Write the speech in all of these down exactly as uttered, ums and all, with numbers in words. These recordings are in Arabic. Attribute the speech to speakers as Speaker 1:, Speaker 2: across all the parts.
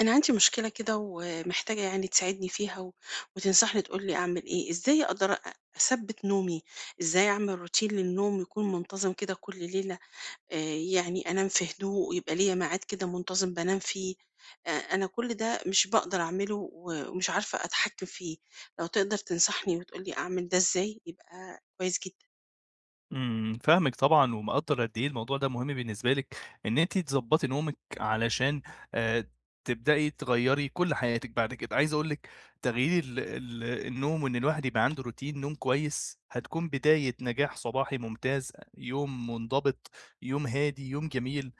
Speaker 1: أنا عندي مشكلة كده ومحتاجة يعني تساعدني فيها و... وتنصحني تقولي أعمل إيه إزاي أقدر أ- أثبت نومي. إزاي أعمل روتين للنوم يكون منتظم كده كل ليلة، آه يعني أنام في هدوء ويبقى ليا ميعاد كده منتظم بنام فيه. آه، أنا كل ده مش بقدر أعمله و- ومش عارفة أتحكم فيه. لو تقدر تنصحني وتقولي أعمل ده إزاي يبقى كويس جدا.
Speaker 2: إمم، فاهمِك طبعًا، ومقدّر قد إيه الموضوع ده مهم بالنسبة لِك، إن أنتِ تضبّطي نومِك علشان آآ، تبدئي تغيّري كل حياتِك بعد كده. عايز أقول لِك تغيير ال ال النوم وإن الواحد يبقى عنده روتين نوم كويس، هتكون بداية نجاح صباحي ممتاز، يوم منضبط، يوم هادي، يوم جميل،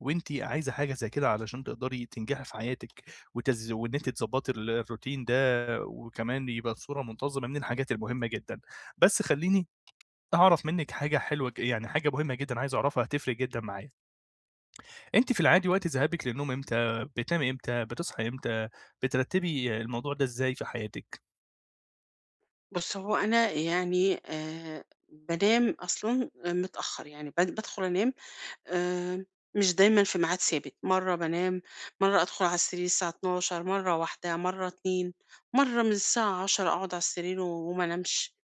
Speaker 2: وأنتِ عايزة حاجة زي كده علشان تقدري تنجحي في حياتِك، وتز وإن أنتِ تضبّطي ال الروتين ده، وكمان يبقى بصورة منتظمة، من الحاجات المهمة جدًا. بس خلّيني أعرف منِّك حاجة حلوة ج يعني حاجة مهمة جدًا عايز أعرفها هتفرق جدًا معايا، أنتِ في العادي وقت ذهابِك للنوم إمتى، بتنامي إمتى، بتصحي إمتى، بترتّبي الموضوع ده إزاي في حياتِك؟
Speaker 1: بص، هو أنا يعني آه بنام أصلا متأخر، يعني بد- بدخل أنام. آآ، مش دايمًا في ميعاد ثابت، مرّة بانام، مرّة أدخل على السرير الساعة اتناشر بالليل، مرّة واحدة، مرّة اتنين، مرّة من الساعة اتنين وعشرين أقعد على السرير و وما انامش.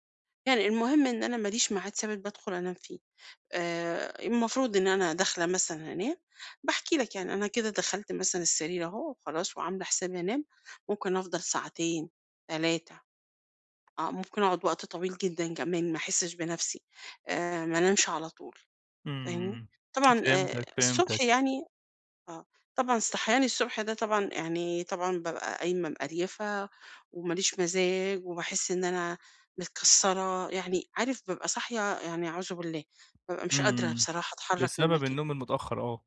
Speaker 1: يعني المهم إن أنا ما ليش ميعاد ثابت بادخل أنام فيه. آآ، المفروض إن أنا داخلة مثلًا هانام، باحكي لك يعني أنا كده دخلت مثلًا السرير أهو وخلاص وعاملة حسابي هانام، ممكن أفضل ساعتين، تلاتة. آه، ممكن أقعد وقت طويل جدًا كمان ما أحسش بنفسي، آآ، ما انامش على طول. فاهمني؟
Speaker 2: إمم،
Speaker 1: طبعًا آآ،
Speaker 2: فهمتك،
Speaker 1: الصبح
Speaker 2: فهمتك،
Speaker 1: يعني آه، طبعًا الصحيان الصبح ده طبعًا يعني طبعًا بابقى قايمة مقريفة، وماليش مزاج، وباحس إن أنا متكسرة، يعني عارف بابقى صاحية يعني أعوذ بالله، بابقى مش قادرة
Speaker 2: إمم،
Speaker 1: بصراحة أتحرك من
Speaker 2: بسبب
Speaker 1: مكاني.
Speaker 2: النوم المتأخر، آه.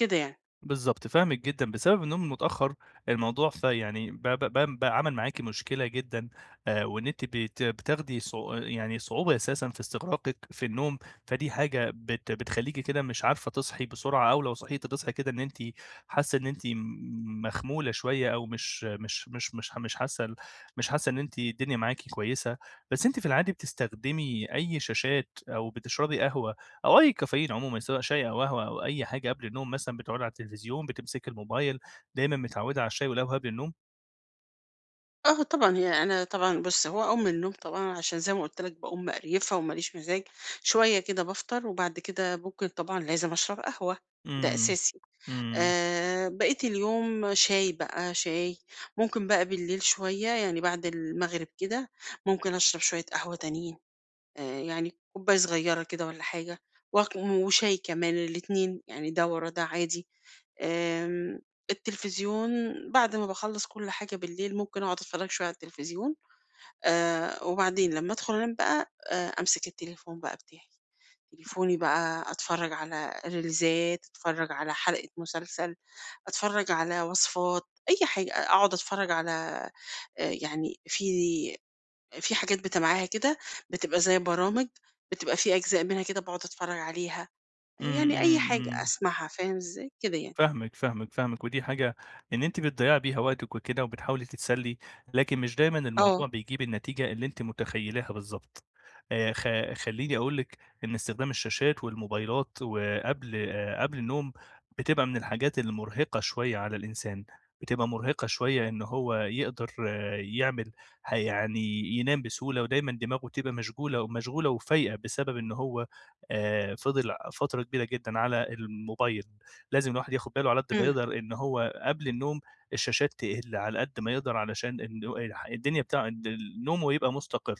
Speaker 1: كده يعني.
Speaker 2: بالضبط، فاهمِك جدًا، بسبب النوم المتأخّر الموضوع ف يعني ب ب ب بقى عمل معاكِ مشكلة جدًا، آآ، وإن أنتِ بت بتاخدي صعو يعني صعوبة أساسًا في استغراقِك في النوم، فدي حاجة بت بتخلّيكِ كده مش عارفة تصحي بسرعة، أو لو صحيتِ تصحي كده إن أنتِ حاسة إن أنتِ م مخمولة شوية، أو مش مش مش مش ح مش حاسة ال مش حاسة إن أنتِ الدنيا معاكِ كويسة، بس أنتِ في العادي بتستخدمي أي شاشات أو بتشربي قهوة أو أي كافيين عمومًا سواء شاي أو قهوة أو أي حاجة قبل النوم مثلًا بتقعدي على التلفزيون، بتمسكي الموبايل، دايمًا متعوّدة على الشاي والقهوة قبل النوم؟
Speaker 1: آه طبعًا. هي أنا طبعًا بُص، هو أقوم من النوم طبعًا عشان زي ما قُلت لك باقوم مقريفة وماليش مزاج، شوية كده بافطر، وبعد كده ممكن طبعًا لازم أشرب قهوة. ده
Speaker 2: إمم،
Speaker 1: أساسي.
Speaker 2: إمم،
Speaker 1: آآ بقية اليوم شاي بقى، شاي. ممكن بقى بالليل شوية، يعني بعد المغرب كده، ممكن أشرب شوية قهوة تانيين، آآ يعني كوباية صغيرة كده والّا حاجة، واك وشاي كمان الاتنين، يعني ده ورا ده عادي. آمم التلفزيون، بعد ما باخلّص كل حاجة بالليل، ممكن أقعد أتفرّج شوية على التلفزيون. آآ وبعدين لمّا أدخل أنام بقى، آآ أمسك التليفون بقى بتاعي. تليفوني بقى أتفرّج على ريلزات، أتفرّج على حلقة مسلسل، أتفرّج على وصفات، أي حاجة، أقعد أتفرّج على آآ يعني في في حاجات بتابعاها كده، بتبقى زي برامج، بتبقى في أجزاء منها كده باقعد أتفرّج عليها،
Speaker 2: إمم،
Speaker 1: يعني أي
Speaker 2: إمم،
Speaker 1: حاجة
Speaker 2: إمم.
Speaker 1: أسمعها. فاهم إزاي؟ كده يعني.
Speaker 2: فاهمِك، فاهمِك، فاهمِك، ودي حاجة إن أنتِ بتضيّعي بيها وقتِك وكده وبتحاولي تتسلّي، لكن مش دايمًا
Speaker 1: آه.
Speaker 2: الموضوع بيجيب النتيجة اللي أنتِ متخيّلاها بالضبط. آآ خ خلّيني أقول لِك إن استخدام الشاشات والموبايلات وقبل آآ قبل النوم بتبقى من الحاجات المرهقة شوية على الإنسان، بتبقى مرهقة شوية إن هو يقدر آه، يعمل ح يعني ينام بسهولة ودايمًا دماغه تبقى مشغولة ومشغولة وفايقة بسبب إن هو آآ فضل فترة كبيرة جدًا على الموبايل. لازم الواحد ياخد باله على قد ما
Speaker 1: إمم.
Speaker 2: يقدر إن هو قبل النوم الشاشات تقِل على قد ما يقدر علشان إنه الح الدنيا بتاع د نومه يبقى مستقر،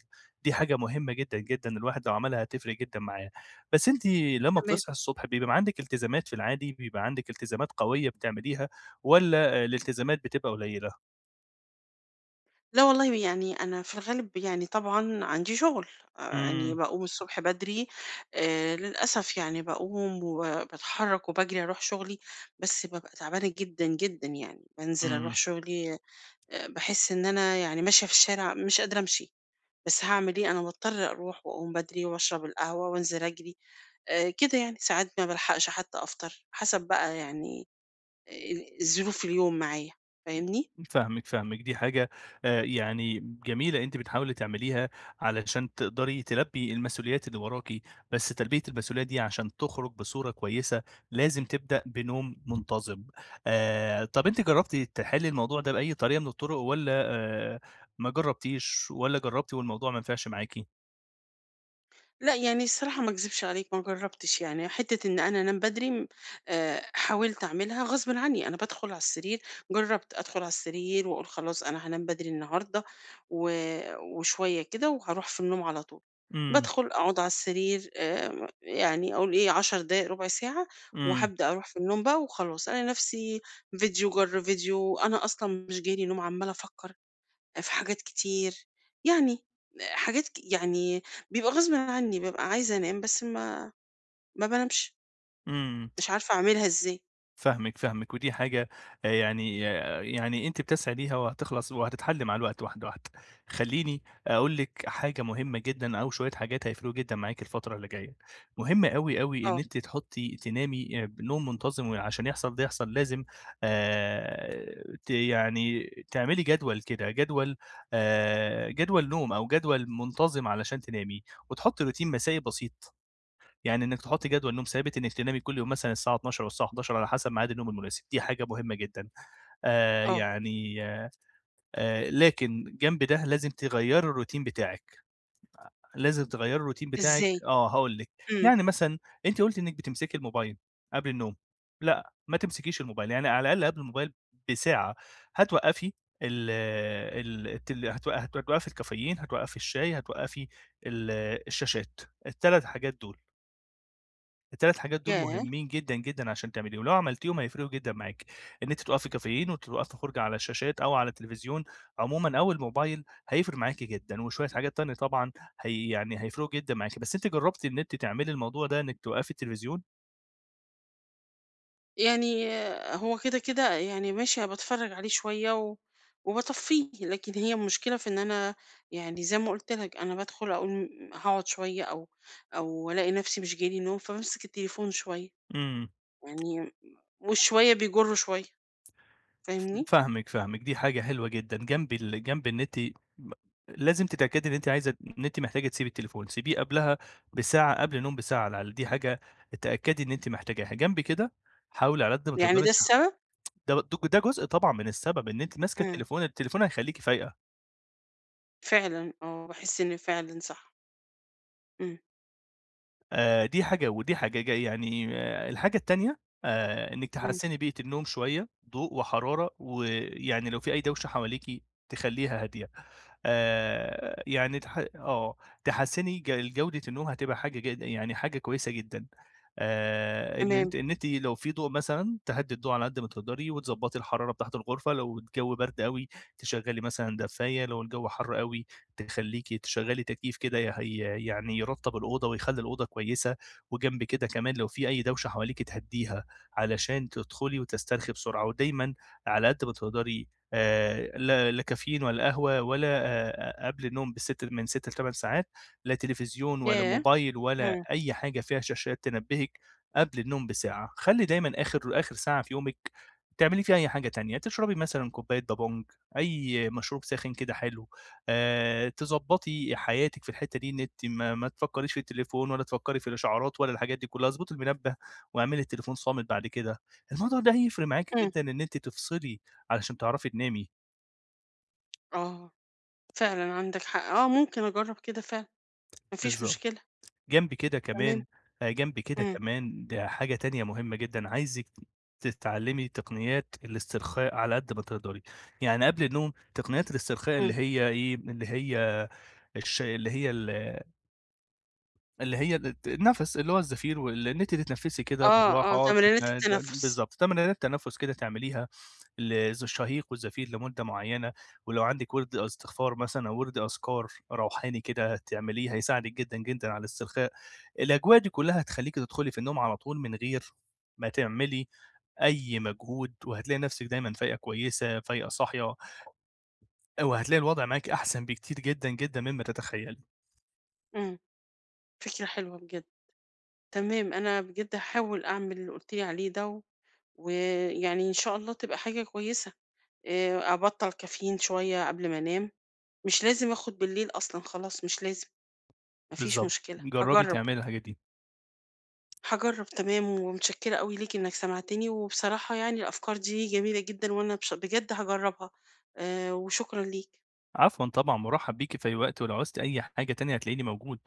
Speaker 2: دي حاجة مهمة جدًا، جدًا الواحد لو عملها هتفرق جدًا معاه. بس أنتِ لمّا
Speaker 1: تمام.
Speaker 2: بتصحي الصبح بيبقى عندِك التزامات في العادي، بيبقى عندِك التزامات قوية بتعمليها والّا الالتزامات بتبقى قليلة؟
Speaker 1: لا والله، يعني أنا في الغالب يعني طبعًا عندي شغل، آآ يعني
Speaker 2: إمم،
Speaker 1: باقوم الصبح بدري، آآ للأسف يعني باقوم وباتحرك وباجري أروح شغلي، بس بابقى تعبانة جدًا، جدًا يعني، بانزل أروح
Speaker 2: إمم.
Speaker 1: شغلي. آآ باحس إن أنا يعني ماشية في الشارع مش قادرة أمشي. بس هاعمل إيه؟ أنا باضطر أروح وأقوم بدري وأشرب القهوة وأنزل أجري. آآ كده يعني، ساعات ما بالحقش حتى أفطر، حسب بقى يعني آآ ظروف اليوم معايا. فاهمني؟
Speaker 2: فاهمِك، فاهمِك، دي حاجة آآ يعني جميلة أنتِ بتحاولي تعمليها علشان تقدري تلبّي المسؤوليات اللي وراكِ، بس تلبية المسؤولية دي عشان تخرج بصورة كويسة لازم تبدأ بنوم منتظم. آآ طَب أنتِ جرّبتِ تحلّي الموضوع ده بأي طريقة من الطُرق والّا آآ ما جرّبتيش والّا جرّبتِ والموضوع ما نفعش معاكِ؟
Speaker 1: لأ، يعني الصراحة ما اكذبش عليك ما جرّبتش. يعني حتّة إن أنا أنام بدري، م آآ حاولت أعملها غصبٍ عنّي. أنا بادخل على السرير، جرّبت أدخل على السرير وأقول خلاص أنا هانام بدري النهارده، و وشوية كده وهاروح في النوم على طول.
Speaker 2: إمم،
Speaker 1: بادخل أقعد على السرير، آآ يعني أقول إيه عشر دقايق، ربع ساعة
Speaker 2: إمم،
Speaker 1: وهابدأ أروح في النوم بقى وخلاص. ألاقي نَفْسي فيديو جَر فيديو، أنا أصلًا مش جاي لي نوم، عمّالة أفكّر في حاجات كتير، يعني حاجات ك يعني بيبقى غصبٍ عني، بابقى عايزة أنام بس ما ما بانامش.
Speaker 2: إمم.
Speaker 1: مش عارفة أعملها إزاي.
Speaker 2: فاهمِك، فاهمِك، ودي حاجة آآ يعني آه، يعني أنتِ بتسعي ليها وهتخلص وهتتحل مع الوقت واحدة، واحدة. خلّيني أقول لِك حاجة مهمة جدًا أو شوية حاجات هيفرقوا جدًا معاكِ الفترة اللي جاية. مهم أوي، أوي إن
Speaker 1: آه.
Speaker 2: أنتِ تحطّي تنامي آآ بنوم منتظم، وعشان يحصل ده يحصل لازم آآ ت يعني تعملي جدول كده، جدول آآ جدول نوم أو جدول منتظم علشان تنامي، وتحطّي روتين مسائي بسيط. يعني إنِّك تحُطّي جدول نوم ثابت، إنِّك تنامي كل يوم مثلًا الساعة اتناشر أو الساعة حداشر على حسب ميعاد النوم المناسب، دي حاجة مهمة جدًا. آآ
Speaker 1: آه.
Speaker 2: يعني آآ لكن جنب ده لازم تغيّري الروتين بتاعِك، لازم تغيّري الروتين بتاعِك
Speaker 1: إزاي؟
Speaker 2: آه، هاقول لِك.
Speaker 1: إمم.
Speaker 2: يعني مثلًا أنتِ قُلتِ إنِّك بتمسكي الموبايل قبل النوم، لأ، ما تمسكيش الموبايل، يعني على الأقل قبل الموبايل بساعة هتوقّفي ال ال التل هتوق هتوقّفي الكافيين، هتوقّفي الشاي، هتوقّفي ال الشاشات، التلات حاجات دول. التلات حاجات دول
Speaker 1: ياه!
Speaker 2: مهمين جدًا، جدًا عشان تعمليهم، لو عملتيهم هيفرقوا جدًا معاكِ، إن أنتِ تُقفي كافيين وتبقى في خُرجة على الشاشات أو على التلفزيون عمومًا أو الموبايل، هيفرق معاكِ جدًا، وشوية حاجات تانية طبعًا هي يعني هيفرقوا جدًا معاكِ، بس أنتِ جرّبتِ إن أنتِ تعملي الموضوع ده إنِّك توقّفي التلفزيون؟
Speaker 1: يعني آه، هو كده، كده يعني ماشي باتفرّج عليه شوية و وباطفّيه، لكن هي المشكلة في إن أنا يعني زي ما قُلت لك أنا بادخل أقول م هاقعد شوية، أو أو ألاقي نفسي مش جاي لي نوم، فبامسك التليفون شوية،
Speaker 2: إمم.
Speaker 1: يعني والشوية بيجُر شوية.
Speaker 2: ف
Speaker 1: فاهمني؟
Speaker 2: فاهمِك، فاهمِك، دي حاجة حلوة جدًا جنب ال جنب إن أنتِ م لازم تتأكدي إن أنتِ عايزة إن أنتِ محتاجة تسيبي التليفون، سيبيه قبلها بساعة قبل النوم بساعة على الأقل، دي حاجة اتأكدي إن أنتِ محتاجاها، جنب كده حاولي على قد ما
Speaker 1: يعني
Speaker 2: تقدري
Speaker 1: ده
Speaker 2: تس
Speaker 1: السبب؟
Speaker 2: ده د ده جزء طبعًا من السبب إن أنتِ ماسكة
Speaker 1: إمم.
Speaker 2: التليفون، التليفون هيخلّيكِ فايقة،
Speaker 1: فعلًا آه، باحس إن فعلًا صح. إمم.
Speaker 2: آآ دي حاجة ودي حاجة ج يعني الحاجة التانية آآ إنِّك
Speaker 1: إمم.
Speaker 2: تحسّني بيئة النوم شوية، ضوء وحرارة، ويعني لو في أي دوشة حواليكِ تخلّيها هادية، آآ يعني تح آه، تحسّني ج جودة النوم هتبقى حاجة ج يعني حاجة كويسة جدًا، آآ إن
Speaker 1: تمام.
Speaker 2: أنتِ إن أنتِ لو في ضوء مثلًا تهدّي الضوء على قد ما تقدري، وتضبّطي الحرارة بتاعة الغرفة، لو الجو برد أوي تشغّلي مثلًا دفّاية، لو الجو حَر أوي تخلّيكِ تشغّلي تكييف كده ي هي يعني يرطّب الأوضة ويخلّي الأوضة كويسة، وجنب كده كمان لو في أي دوشة حواليكِ تهدّيها، علشان تدخلي وتسترخي بسرعة، ودايمًا على قد ما تقدري آآ لا لا كافيين ولا قهوة ولا آآ قبل النوم بست من ستة لـ تمانية ساعات، لا تلفزيون ولا
Speaker 1: ياه!
Speaker 2: موبايل ولا
Speaker 1: إمم.
Speaker 2: أي حاجة فيها شاشات تنبّهِك قبل النوم بساعة، خلّي دايمًا آخر آخر ساعة في يومِك تعملي فيها أي حاجة تانية، تشربي مثلًا كوباية بابونج، أي مشروب ساخن كده حلو. آآ تضبّطي حياتِك في الحتّة دي، إن أنتِ ما ما تفكّريش في التليفون ولا تفكّري في الإشعارات ولا الحاجات دي كُلّها، اضبطي المنبه واعملي التليفون صامت بعد كده. الموضوع ده هيفرق معاكِ
Speaker 1: إمم.
Speaker 2: جدًا إن أنتِ تفصلي علشان تعرفي تنامي.
Speaker 1: آه، فعلًا عندك حق. آه، ممكن أجرّب كده فعلًا، ما فيش
Speaker 2: بالضبط.
Speaker 1: مشكلة.
Speaker 2: جنب كده
Speaker 1: تمام.
Speaker 2: كمان آآ جنب كده
Speaker 1: إمم.
Speaker 2: كمان ده حاجة تانية مهمة جدًا، عايزِك تتعلّمي تقنيات الاسترخاء على قد ما تقدري. يعني قبل النوم تقنيات الاسترخاء
Speaker 1: إمم.
Speaker 2: اللي هي إيه، اللي هي الش اللي هي ال اللي هي الت النَفَس، اللي هو الزفير وال إن أنتِ تتنفّسي كده
Speaker 1: آه. آه،
Speaker 2: بالراحة
Speaker 1: تمرينات
Speaker 2: تتن د
Speaker 1: التنفس.
Speaker 2: بالضبط، تمرينات تنفُّس كده تعمليها للز الشهيق والزفير لمدة معيّنة، ولو عندِك وِرد استغفار مثلًا أو وِرد أذكار روحاني كده تعمليه هيساعدِك جدًا، جدًا على الاسترخاء. الأجواء دي كلّها هتخلّيكِ تدخُلي في النوم على طول من غير ما تعملي أي مجهود، وهتلاقي نَفْسِك دايمًا فايقة كويسة، فايقة صاحية، وهتلاقي الوضع معاكِ أحسن بكتير جدًا، جدًا مما تتخيّلي.
Speaker 1: إمم. فكرة حلوة بجد. تمام، أنا بجد هاحاول أعمل اللي قُلت لي عليه ده، و- ويعني إن شاء الله تبقى حاجة كويسة. آآ، أبطّل كافيين شوية قبل ما أنام، مش لازم آخد بالليل أصلًا، خلاص مش لازم، ما فيش
Speaker 2: بالضبط،
Speaker 1: مشكلة،
Speaker 2: جرّبي
Speaker 1: هاجرّب.
Speaker 2: تعملي الحاجات دي.
Speaker 1: هاجرّب، تمام. ومتشكّرة أوي ليك إنّك سمعتني، وبصراحة يعني الأفكار دي جميلة جدًا وأنا بش بجد هاجرّبها. آآ وشكرًا ليك.
Speaker 2: عفوا طبعا مرحب بيكي في أي وقت ولو عوزتي أي حاجة تانية هتلاقيني موجود